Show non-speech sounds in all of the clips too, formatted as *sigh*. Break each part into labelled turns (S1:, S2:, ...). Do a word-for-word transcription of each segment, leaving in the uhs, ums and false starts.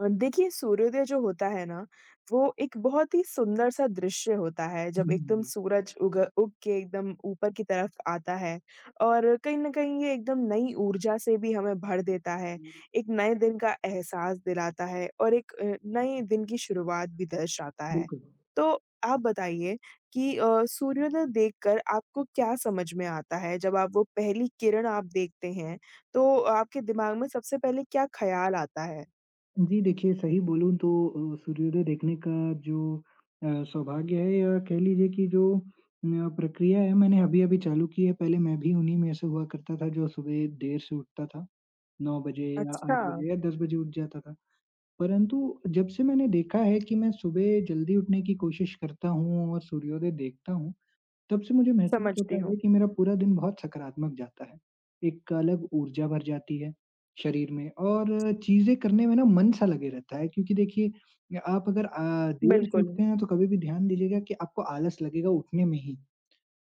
S1: अ, देखिए सूर्योदय जो होता है ना, वो एक बहुत ही सुंदर-सा दृश्य होता है जब एकदम
S2: हुँ,
S1: सूरज उग उग के एकदम ऊपर की तरफ आता है और कहीं न कहीं ये एकदम नई ऊर्जा से भी हमें भर देता है। एक नए दिन का एहसास दिलाता है और एक अ, नए दिन की शुरुआत भी दर्शाता है।
S2: बिल्कुल।
S1: तो आप बताइए कि अ, सूर्योदय देखकर आपको क्या समझ में आता है? जब आप वो पहली किरण आप देखते हैं, तो आपके दिमाग में सबसे पहले क्या ख़्याल आता है?
S2: जी, देखिए सही बोलूँ तो अ, सूर्योदय देखने का जो अ, सौभाग्य है या कह लीजिए कि जो न प्रक्रिया है मैंने अभी-अभी चालू की है। पहले मैं भी उन्हीं में से हुआ करता था जो सुबह देर से उठता था, नौ बजे या
S1: अच्छा,
S2: आठ बजे या दस बजे उठ जाता था। परंतु जब से मैंने देखा है कि मैं सुबह जल्दी उठने की कोशिश करता हूँ और सूर्योदय देखता हूँ, तब से मुझे महसूस होता
S1: समझती हूँ।
S2: है कि मेरा पूरा दिन बहुत सकारात्मक जाता है। एक अलग ऊर्जा भर जाती है शरीर में और चीज़ें करने में ना मन सा लगे रहता है क्योंकि देखिए आप अगर अ, देर से
S1: बिल्कुल,
S2: उठते हैं तो कभी भी ध्यान दीजिएगा कि आपको आलस लगेगा उठने में ही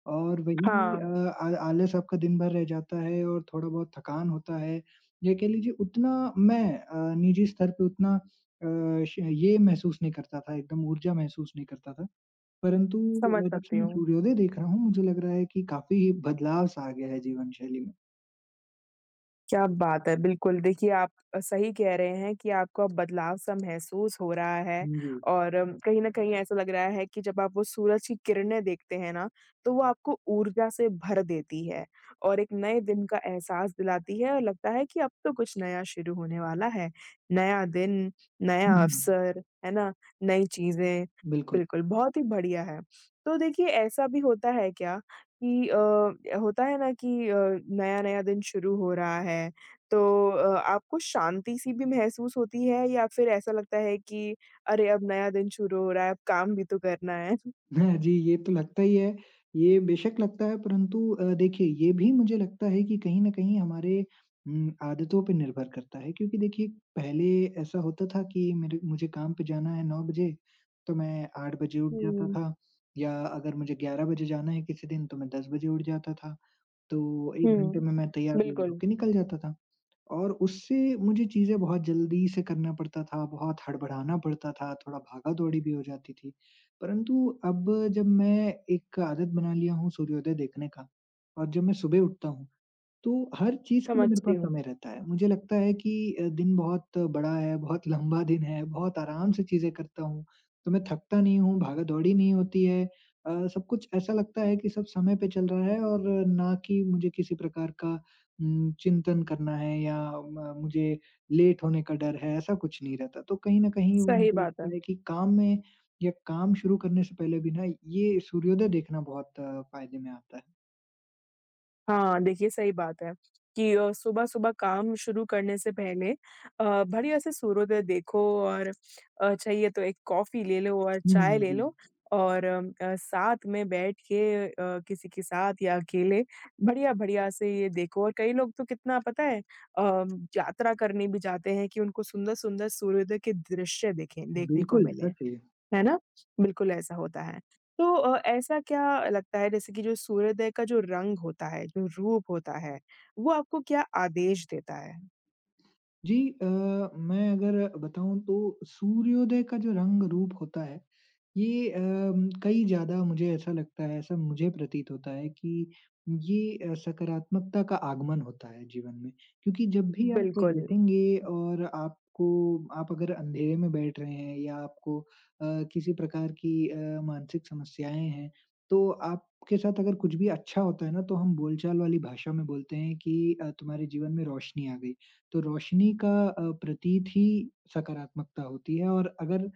S2: और वही
S1: हाँ,
S2: अ, आ आलस आपका दिन भर रह जाता है और थोड़ा-बहुत थकान होता है। या कह लीजिए उतना मैं अ, निजी स्तर पे उतना अ, श ये महसूस नहीं करता था, एकदम ऊर्जा महसूस नहीं करता था। परंतु
S1: समझ
S2: अ, जब से
S1: सकती
S2: मैं
S1: हूँ।
S2: सूर्योदय देख रहा हूँ, मुझे लग रहा है कि काफ़ी बदलाव-सा आ गया है जीवन शैली में।
S1: क्या बात है! बिल्कुल, देखिए आप अ, सही कह रहे हैं कि आपको अब बदलाव-सा महसूस हो रहा है
S2: जी।
S1: और अम, कहीं न कहीं ऐसा लग रहा है कि जब आप वो सूरज की किरणें देखते हैं ना, तो वो आपको ऊर्जा से भर देती है और एक नए दिन का एहसास दिलाती है और लगता है कि अब तो कुछ नया शुरू होने वाला है। नया दिन, नया
S2: हुँ,
S1: अवसर, है ना? नई चीज़ें,
S2: बिल्कुल।
S1: बिल्कुल, बहुत ही बढ़िया है। तो देखिए ऐसा भी होता है क्या कि अ, होता है ना कि अ, नया-नया दिन शुरू हो रहा है, तो अ, आपको शांति-सी भी महसूस होती है या फिर ऐसा लगता है कि अरे! अब नया दिन शुरू हो रहा है, अब काम भी तो करना है?
S2: *laughs* हाँ जी, ये तो लगता ही है। ये बेशक लगता है परंतु अ, देखिए ये भी मुझे लगता है कि कहीं न कहीं हमारे उम, आदतों पे निर्भर करता है क्योंकि देखिए पहले ऐसा होता था कि मेरे मुझे काम पे जाना है नौ बजे, तो मैं आठ बजे उठ जाता
S1: हुँ,
S2: था या अगर मुझे ग्यारह बजे जाना है किसी दिन तो मैं दस बजे उठ जाता था। तो एक घंटे
S1: हुँ,
S2: में मैं तैयार वैयार
S1: बिल्कुल,
S2: होके निकल जाता था। और उससे मुझे चीज़ें बहुत जल्दी से करना पड़ता था, बहुत हड़बड़ाना पड़ता था, थोड़ा भागा-दौड़ी भी हो जाती थी। परंतु अब जब मैं एक आदत बना लिया हूँ सूर्योदय देखने का और जब मैं सुबह उठता हूँ, तो हर चीज़ के लिए मेरे
S1: समझती
S2: पास
S1: हूँ,
S2: समय रहता है। मुझे लगता है कि अ, दिन बहुत बड़ा है, बहुत लंबा *laughs* दिन है, बहुत आराम से चीज़ें करता हूँ, तो मैं थकता नहीं हूँ, भागा-दौड़ी नहीं होती है। अ, सब कुछ ऐसा लगता है कि सब समय पे चल रहा है और ना कि मुझे किसी प्रकार का उम, चिंतन करना है या म मुझे लेट होने का डर है, ऐसा कुछ नहीं रहता। तो कहीं न कहीं
S1: सही
S2: मुझे
S1: बात है।
S2: लगता है कि काम में या काम शुरू करने से पहले भी ना ये सूर्योदय देखना बहुत फ़ायदे में आता है।
S1: हाँ, देखिए सही बात है कि अ, सुबह-सुबह काम शुरू करने से पहले अ, बढ़िया से सूर्योदय देखो और अ, चाहिए तो एक कॉफ़ी ले लो और
S2: हुँ,
S1: चाय
S2: हुँ,
S1: ले
S2: जी।
S1: लो और अम, अ, साथ में बैठ के अ, किसी के साथ या अकेले बढ़िया-बढ़िया से ये देखो और कई लोग तो कितना पता है अ, यात्रा करने भी जाते हैं कि उनको सुंदर-सुंदर सूर्योदय के दृश्य देखें देखने को
S2: बिल्कुल,
S1: मिलें।
S2: सच है ये।
S1: है ना? बिल्कुल ऐसा होता है। तो अ, ऐसा क्या लगता है जैसे कि जो सूर्योदय का जो रंग होता है, जो रूप होता है, वो आपको क्या आदेश देता है? जी।
S2: जी अ, मैं अगर बताऊँ तो सूर्योदय का जो रंग-रूप होता है, ये अम, कई ज़्यादा मुझे ऐसा लगता है, ऐसा मुझे प्रतीत होता है कि ये अ, सकारात्मकता का आगमन होता है जीवन में। क्योंकि जब भी आप
S1: बिल्कुल,
S2: बैठेंगे और आपको आप अगर अंधेरे में बैठ रहे हैं या आपको अ, किसी प्रकार की अ, मानसिक समस्याएँ हैं, तो आपके साथ अगर कुछ भी अच्छा होता है ना, तो हम बोलचाल वाली भाषा में बोलते हैं कि अ, तुम्हारे जीवन में रोशनी आ गई। तो रोशनी का अ, प्रतीत ही सकारात्मकता होती है और अगर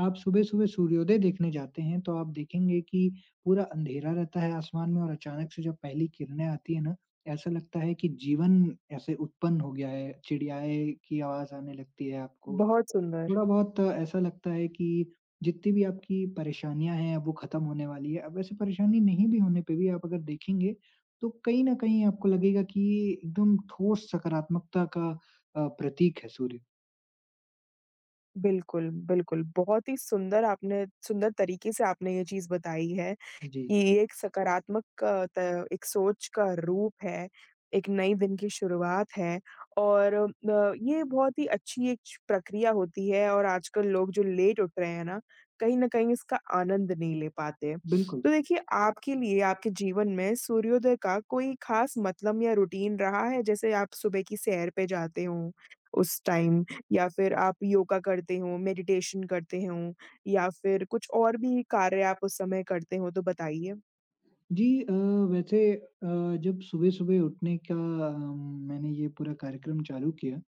S2: आप सुबह-सुबह सूर्योदय देखने जाते हैं, तो आप देखेंगे कि पूरा अंधेरा रहता है आसमान में और अचानक से जब पहली किरणें आती हैं ना, ऐसा लगता है कि जीवन ऐसे उत्पन्न हो गया है, चिड़ियाएँ की आवाज़ आने लगती है आपको
S1: बहुत सुंदर।
S2: थोड़ा बहुत ऐसा लगता है कि जितनी भी आपकी परेशानियाँ हैं, अब वो ख़त्म होने वाली है। अब वैसे परेशानी नहीं भी होने पे भी आप अगर देखेंगे, तो कहीं न कहीं आपको लगेगा कि ये एकदम ठोस सकारात्मकता का अ, प्रतीक है सूर्य।
S1: बिल्कुल, बिल्कुल, बहुत ही सुंदर आपने सुंदर तरीके से आपने ये चीज़ बताई है।
S2: जी,
S1: ये एक सकारात्मक अ, त एक सोच का रूप है, एक नई दिन की शुरुआत है और अ, ये बहुत ही अच्छी एक च प्रक्रिया होती है और आजकल लोग जो लेट उठ रहे हैं ना, कहीं न कहीं इसका आनंद नहीं ले पाते।
S2: बिल्कुल।
S1: तो देखिए, आपके लिए आपके जीवन में सूर्योदय का कोई ख़ास मतलब या रूटीन रहा है? जैसे आप सुबह की सैर पे जाते हों उस टाइम या फिर आप योगा करते हों, मेडिटेशन करते हों? या फिर कुछ और भी कार्य आप उस समय करते हो तो बताइए?
S2: जी अ, वैसे अ, जब सुबह-सुबह उठने का अ, मैंने ये पूरा कार्यक्रम चालू किया,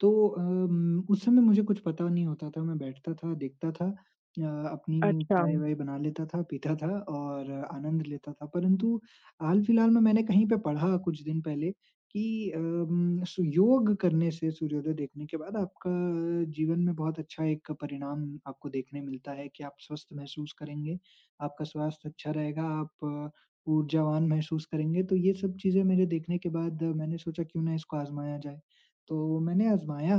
S2: तो अम, उस समय मुझे कुछ पता नहीं होता था, मैं बैठता था, देखता था अ, अपनी
S1: अच्छा,
S2: चाय-वाय बना लेता था, पीता था और आनंद लेता था। परंतु हाल-फिलहाल में मैंने कहीं पे पढ़ा कुछ दिन पहले कि अम, सु योग करने से सूर्योदय देखने के बाद आपका जीवन में बहुत अच्छा एक परिणाम आपको देखने मिलता है कि आप स्वस्थ महसूस करेंगे, आपका स्वास्थ्य अच्छा रहेगा, आप अ, ऊर्जावान महसूस करेंगे। तो ये सब चीज़ें मेरे देखने के बाद अ, मैंने सोचा क्यों ना इसको आज़माया जाए। तो मैंने आज़माया,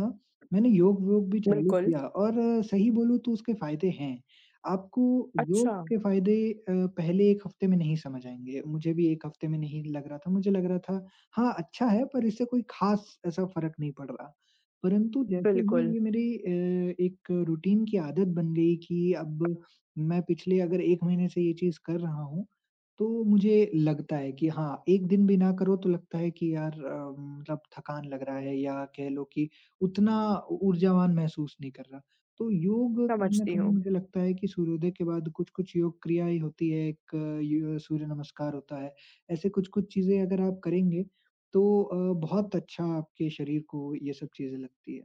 S2: मैंने योग-वोग भी चालू
S1: बिल्कुल।
S2: किया और अ, सही बोलूँ तो उसके फ़ायदे हैं। आपको योग
S1: अच्छा,
S2: के फ़ायदे अ, पहले एक हफ़्ते में नहीं समझ आएँगे। मुझे भी एक हफ़्ते में नहीं लग रहा था, मुझे लग रहा था हाँ, अच्छा है पर इससे कोई ख़ास ऐसा फ़र्क नहीं पड़ रहा। परंतु जैसे ही
S1: बिल्कुल,
S2: ये मेरी अ, एक रूटीन की आदत बन गई कि अब मैं पिछले अगर एक महीने से ये चीज़ कर रहा हूँ, तो मुझे लगता है कि हाँ, एक दिन भी ना करो तो लगता है कि यार अ, मतलब थकान लग रहा है या कह लो कि उतना हुँ। ऊ ऊर्जावान महसूस नहीं कर रहा। तो योग कहीं न
S1: समझती
S2: कहीं
S1: हूँ।
S2: मुझे लगता है कि सूर्योदय के बाद कुछ-कुछ योग क्रियाएँ होती है, एक य सूर्य नमस्कार होता है। ऐसे कुछ-कुछ चीज़ें अगर आप करेंगे तो अ, बहुत अच्छा आपके शरीर को ये सब चीज़ें लगती है।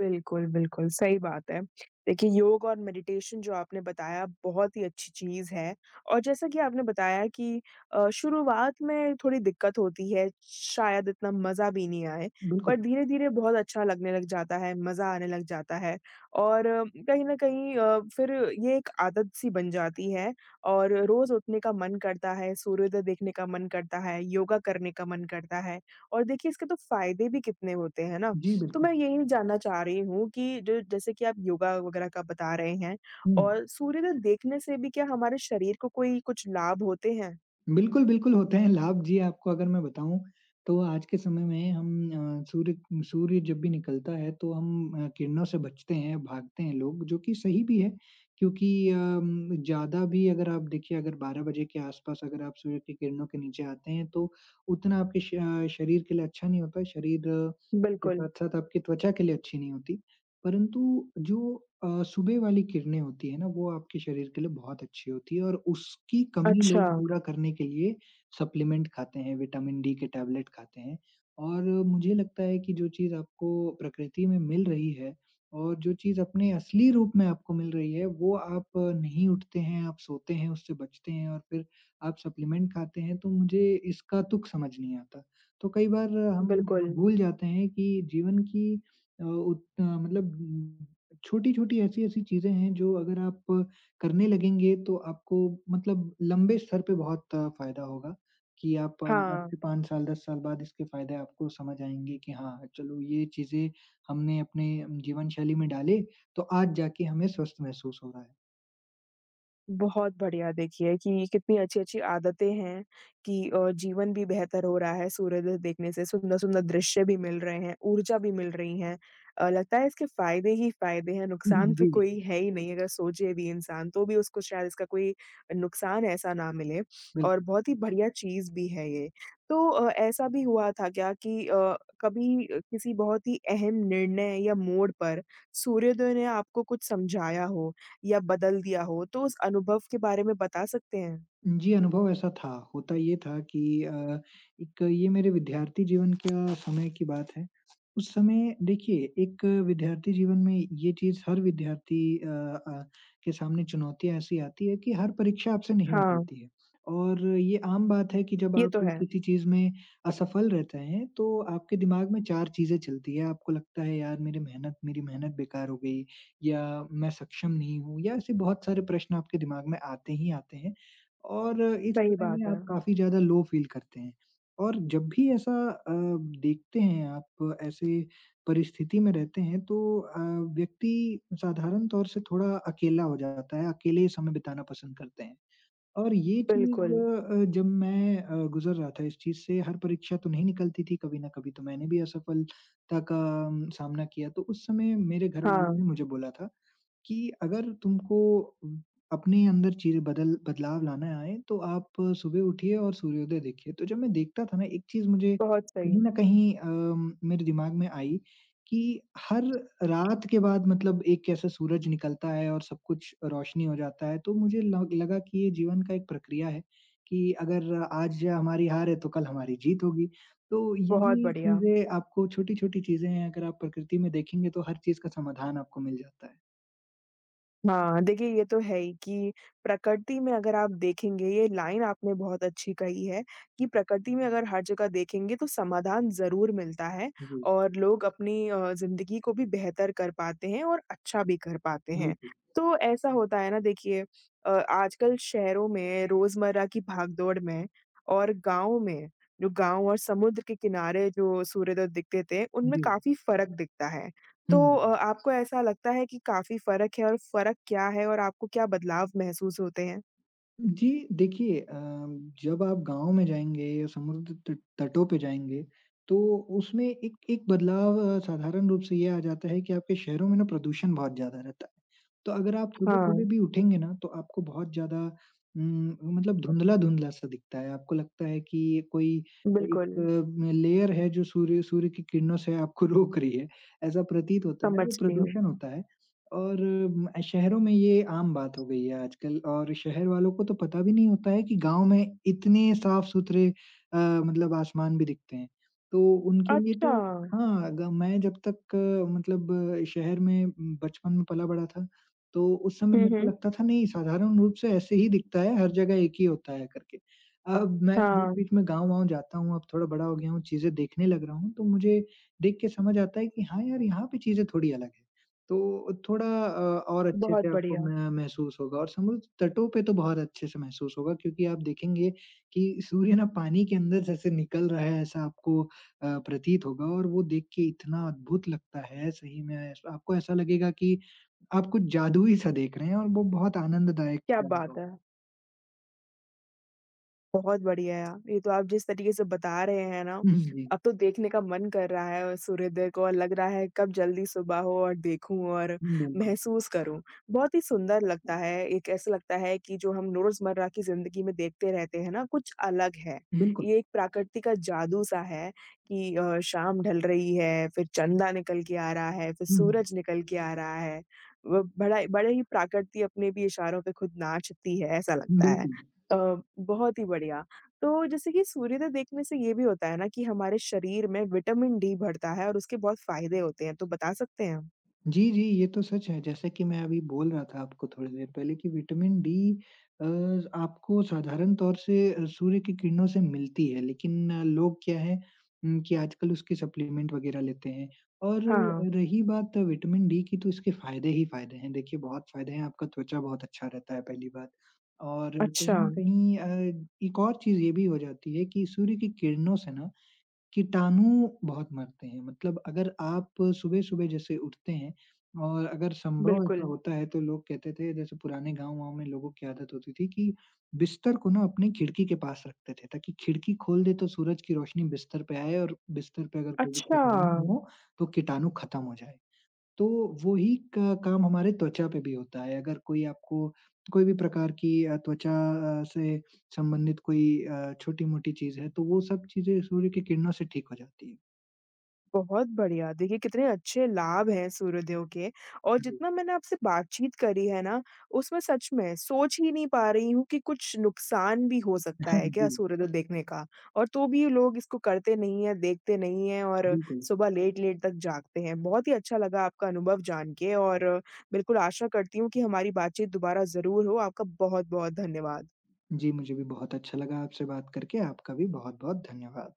S1: बिल्कुल, बिल्कुल, सही बात है। देखिए, योग और मेडिटेशन जो आपने बताया बहुत ही अच्छी चीज़ है और जैसा कि आपने बताया कि अ, शुरुआत में थोड़ी दिक्कत होती है, शायद इतना मज़ा भी नहीं आए,
S2: बिल्कुल।
S1: पर धीरे-धीरे बहुत अच्छा लगने लग जाता है, मज़ा आने लग जाता है और अ, कहीं न कहीं अ, फिर ये एक आदत सी बन जाती है और रोज़ उठने का मन करता है, सूर्योदय देखने का मन करता है, योगा करने का मन करता है और देखिए इसके तो फ़ायदे भी कितने होते हैं ना?
S2: जी,
S1: तो
S2: बिल्कुल।
S1: मैं यही जानना चाह रही हूँ कि जो जैसे कि आप योगा वगैरह का बता रहे हैं
S2: हुँ।
S1: और सूर्योदय देखने से भी क्या हमारे शरीर को कोई कुछ लाभ होते हैं?
S2: बिल्कुल, बिल्कुल होते हैं लाभ जी आपको अगर मैं बताऊँ, तो आज के समय में हम अ, सूर्य सूर्य जब भी निकलता है तो हम अ, किरणों से बचते हैं, भागते हैं लोग जो कि सही भी है क्योंकि अम, ज़्यादा भी अगर आप देखिए अगर बारह बजे के आस-पास अगर आप सूर्य की किरणों के नीचे आते हैं तो उतना आपके श अ, शरीर के लिए अच्छा नहीं होता है, शरीर अ, के
S1: बिल्कुल।
S2: साथ-साथ आपकी त्वचा के लिए अच्छी नहीं होती। परंतु जो अ, सुबह वाली किरणें होती है ना, वो आपके शरीर के लिए बहुत अच्छी होती है और उसकी कमी
S1: अच्छा,
S2: लोग पूरा करने के लिए सप्लीमेंट खाते हैं, विटामिन डी के टैबलेट खाते हैं। और मुझे लगता है कि जो चीज़ आपको प्रकृति में मिल रही है और जो चीज़ अपने असली रूप में आपको मिल रही है, वो आप नहीं उठते हैं, आप सोते हैं, उससे बचते हैं और फिर आप सप्लीमेंट खाते हैं, तो मुझे इसका तुक समझ नहीं आता। तो कई बार हम
S1: बिल्कुल।
S2: भूल जाते हैं कि जीवन की अ, उत अ, मतलब छोटी-छोटी ऐसी-ऐसी चीज़ें हैं जो अगर आप करने लगेंगे तो आपको मतलब लंबे स्तर पे बहुत फ़ायदा होगा कि आप अ, आज से
S1: हाँ।
S2: पाँच साल, दस साल बाद इसके फ़ायदे आपको समझ आएँगे कि हाँ, चलो ये चीज़ें हमने अपने जीवन शैली में डाले तो आज जाके हमें स्वस्थ महसूस हो रहा है।
S1: बहुत बढ़िया देखिए कि कितनी अच्छी-अच्छी आदतें हैं कि अ, जीवन भी बेहतर हो रहा है सूर्योदय देखने से, सुंदर-सुंदर दृश्य भी मिल रहे हैं, ऊर्जा भी मिल रही है। अ, लगता है इसके फ़ायदे ही फ़ायदे हैं, नुकसान
S2: *laughs*
S1: तो
S2: जी,
S1: कोई है ही नहीं अगर सोचे भी इंसान तो भी उसको शायद इसका कोई नुकसान ऐसा ना मिले और
S2: बिल्कुल।
S1: बहुत ही बढ़िया चीज़ भी है ये। तो अ, ऐसा भी हुआ था क्या कि अ, कभी किसी बहुत ही अहम निर्णय या मोड़ पर सूर्योदय ने आपको कुछ समझाया हो? या बदल दिया हो, तो उस अनुभव के बारे में बता सकते हैं?
S2: जी, अनुभव ऐसा था। होता ये था कि अ, एक ये मेरे विद्यार्थी जीवन का समय की बात है। उस समय देखिए एक विद्यार्थी जीवन में ये चीज़ हर विद्यार्थी अ अ, के सामने चुनौतियाँ ऐसी आती है कि हर परीक्षा आपसे नहीं
S1: हाँ,
S2: निकलती है। और ये आम बात है कि जब
S1: ये
S2: आप
S1: तो है।
S2: किसी चीज़ में असफल रहते हैं, तो आपके दिमाग में चार चीज़ें चलती हैं। आपको लगता है यार मेरी मेहनत मेरी मेहनत बेकार हो गई या मैं सक्षम नहीं हूँ या ऐसे बहुत सारे प्रश्न आपके दिमाग में आते ही आते हैं। और इस
S1: सही
S2: समय
S1: बात
S2: में
S1: है।
S2: आप काफ़ी ज़्यादा लो फ़ील करते हैं। और जब भी ऐसा अ, देखते हैं आप ऐसे परिस्थिति में रहते हैं तो अ, व्यक्ति साधारण तौर से थोड़ा अकेला हो जाता है, अकेले ही समय बिताना पसंद करते हैं। और ये चीज़
S1: बिल्कुल।
S2: अ, जब मैं अ, गुज़र रहा था इस चीज़ से हर परीक्षा तो नहीं निकलती थी कभी न कभी तो मैंने भी असफलता का अम, सामना किया। तो उस समय मेरे घरवालों ने
S1: हाँ,
S2: मुझे बोला था कि अगर तुमको अपने अंदर चीज़ें बदल बदलाव लाना है, तो आप सुबह उठिए और सूर्योदय देखिए। तो जब मैं देखता था ना, एक चीज़ मुझे
S1: बहुत
S2: कहीं
S1: सही,
S2: न कहीं अम, मेरे दिमाग में आई कि हर रात के बाद मतलब एक कैसा सूरज निकलता है और सब कुछ रोशनी हो जाता है, तो मुझे लग लगा कि ये जीवन का एक प्रक्रिया है कि अगर आज हमारी हार है, तो कल हमारी जीत होगी। तो
S1: बहुत
S2: यही
S1: बढ़िया।
S2: चीज़ें आपको छोटी-छोटी चीज़ें हैं, अगर आप प्रकृति में देखेंगे, तो हर चीज़ का समाधान आपको मिल जाता है।
S1: हाँ, देखिए ये तो है ही कि प्रकृति में अगर आप देखेंगे ये लाइन आपने बहुत अच्छी कही है कि प्रकृति में अगर हर जगह देखेंगे तो समाधान ज़रूर मिलता है
S2: जी।
S1: और लोग अपनी अ, ज़िंदगी को भी बेहतर कर पाते हैं और अच्छा भी कर पाते हैं।
S2: बिल्कुल,
S1: तो ऐसा होता है ना देखिए अ, आजकल शहरों में रोज़मर्रा की भागदौड़ में और गाँव में, जो गाँव और समुद्र के किनारे जो सूर्योदय दिखते थे, उनमें
S2: जी।
S1: काफ़ी फ़र्क दिखता है।
S2: हुँ।
S1: तो अ, आपको ऐसा लगता है कि काफ़ी फ़र्क है और फ़र्क क्या है और आपको क्या बदलाव महसूस होते हैं?
S2: जी, देखिए अ, जब आप गाँव में जाएँगे या समुद्र तट तटों पे जाएँगे, तो उसमें एक एक बदलाव अ, साधारण रूप से ये आ जाता है कि आपके शहरों में ना प्रदूषण बहुत ज़्यादा रहता है। तो अगर आप सुबह-सुबह
S1: हाँ,
S2: भी उठेंगे ना, तो आपको बहुत ज़्यादा उम, मतलब धुंधला-धुंधला सा दिखता है। आपको लगता है कि ये कोई एक
S1: बिल्कुल,
S2: म लेयर है जो सूर्य सूर्य की किरणों से आपको *laughs* रोक रही है। ऐसा प्रतीत होता है, वो
S1: समझती हूँ।
S2: प्रदूषण होता है। और म शहरों में ये आम बात हो गई है आजकल और शहर वालों को तो पता भी नहीं होता है कि गाँव में इतने साफ-सुथरे अ, मतलब आसमान भी दिखते हैं। तो उनके लिए तो
S1: अच्छा!
S2: हाँ, ग मैं जब तक अ, मतलब अ, शहर में म, बचपन में पला-बड़ा था, तो उस समय
S1: हुँ,
S2: मेरे को
S1: हुँ।
S2: लगता था नहीं साधारण रूप से ऐसे ही दिखता है, हर जगह एक ही होता है करके। अब मैं
S1: हाँ,
S2: बीच-बीच में गाँव-वाँव जाता हूँ, अब थोड़ा बड़ा हो गया हूँ, चीज़ें देखने लग रहा हूँ, तो मुझे देख के समझ आता है कि हाँ यार, यहाँ पे चीज़ें थोड़ी अलग है। तो थोड़ा अ, और अच्छे
S1: बहुत
S2: से आपको
S1: बढ़िया,
S2: मैं महसूस होगा और समुद्र तटों पे तो बहुत अच्छे से महसूस होगा क्योंकि आप देखेंगे कि सूर्य ना पानी के अंदर जैसे निकल रहा है ऐसा आपको अ, प्रतीत होगा और वो देख के इतना अद्भुत लगता है सही में ऐस- आपको ऐसा लगेगा कि आप कुछ जादुई सा देख रहे हैं और वो बहुत आनंददायक
S1: क्या बात
S2: अनुभव
S1: है!
S2: है।
S1: बहुत बढ़िया यार। ये तो आप जिस तरीके से बता रहे हैं ना,
S2: हुँ, जी,
S1: अब तो देखने का मन कर रहा है और सूर्योदय को और लग रहा है कब जल्दी सुबह हो और देखूँ और
S2: हम्म, बिल्कुल,
S1: महसूस करूँ। बहुत ही सुंदर लगता है, एक ऐसा लगता है कि जो हम रोज़मर्रा की ज़िंदगी में देखते रहते हैं ना, कुछ अलग है।
S2: बिल्कुल,
S1: ये एक प्रकृति का जादू-सा है कि अ, शाम ढल रही है, फिर चंदा निकल के आ रहा है, फिर
S2: हुँ,
S1: सूरज निकल के आ रहा है। वो बड़ा बड़े ही प्रकृति अपने भी इशारों पे खुद नाचती है, ऐसा लगता है।
S2: बिल्कुल।
S1: अ, बहुत ही बढ़िया। तो जैसे कि सूर्योदय देखने से ये भी होता है ना कि हमारे शरीर में विटामिन डी बढ़ता है और उसके बहुत फ़ायदे होते हैं, तो बता सकते हैं?
S2: जी, जी, ये तो सच है। जैसे कि मैं अभी बोल रहा था आपको थोड़ी देर पहले कि विटामिन डी अ, आपको साधारण तौर से अ, सूर्य की किरणों से मिलती है, लेकिन अ, लोग क्या है उम, कि आजकल उसके सप्लीमेंट वगैरह लेते हैं। और
S1: हाँ,
S2: रही बात विटामिन डी की, तो इसके फ़ायदे ही फ़ायदे हैं। देखिए, बहुत फ़ायदे हैं, आपका त्वचा बहुत अच्छा रहता है, पहली बात। और कहीं
S1: अच्छा,
S2: न कहीं अ, एक और चीज़ ये भी हो जाती है कि सूर्य की किरणों से ना कीटाणु बहुत मरते हैं, मतलब अगर आप सुबह-सुबह जैसे उठते हैं और अगर संभव ऐसा
S1: बिल्कुल।
S2: होता है तो लोग कहते थे जैसे पुराने गाँव-वाँव में लोगों की आदत होती थी कि बिस्तर को ना अपनी खिड़की के पास रखते थे ताकि खिड़की खोल दें तो सूरज की रोशनी बिस्तर पे आए और बिस्तर पे अगर कोई भी
S1: अच्छा।
S2: कीटाणु हो, तो कीटाणु खत्म हो जाए। तो वो ही क काम हमारे त्वचा पे भी होता है। अगर कोई आपको कोई भी प्रकार की अ, त्वचा अ, से संबंधित कोई अ, छोटी-मोटी चीज़ है, तो वो सब चीज़ें सूर्य की किरणों से ठीक हो जाती है।
S1: बहुत बढ़िया। देखिए कितने अच्छे लाभ हैं सूर्योदयों के और
S2: जी।
S1: जितना मैंने आपसे बातचीत करी है ना, उसमें सच में सोच ही नहीं पा रही हूँ कि कुछ नुकसान भी हो सकता है
S2: *laughs*
S1: क्या
S2: जी,
S1: सूर्योदय देखने का? और तो भी लोग इसको करते नहीं हैं, देखते नहीं हैं और
S2: बिल्कुल।
S1: सुबह लेट-लेट तक जागते हैं। बहुत ही अच्छा लगा आपका अनुभव जान के और बिल्कुल आशा करती हूँ कि हमारी बातचीत दोबारा ज़रूर हो। आपका बहुत-बहुत धन्यवाद।
S2: जी, मुझे भी बहुत अच्छा लगा आपसे बात करके। आपका भी बहुत-बहुत धन्यवाद।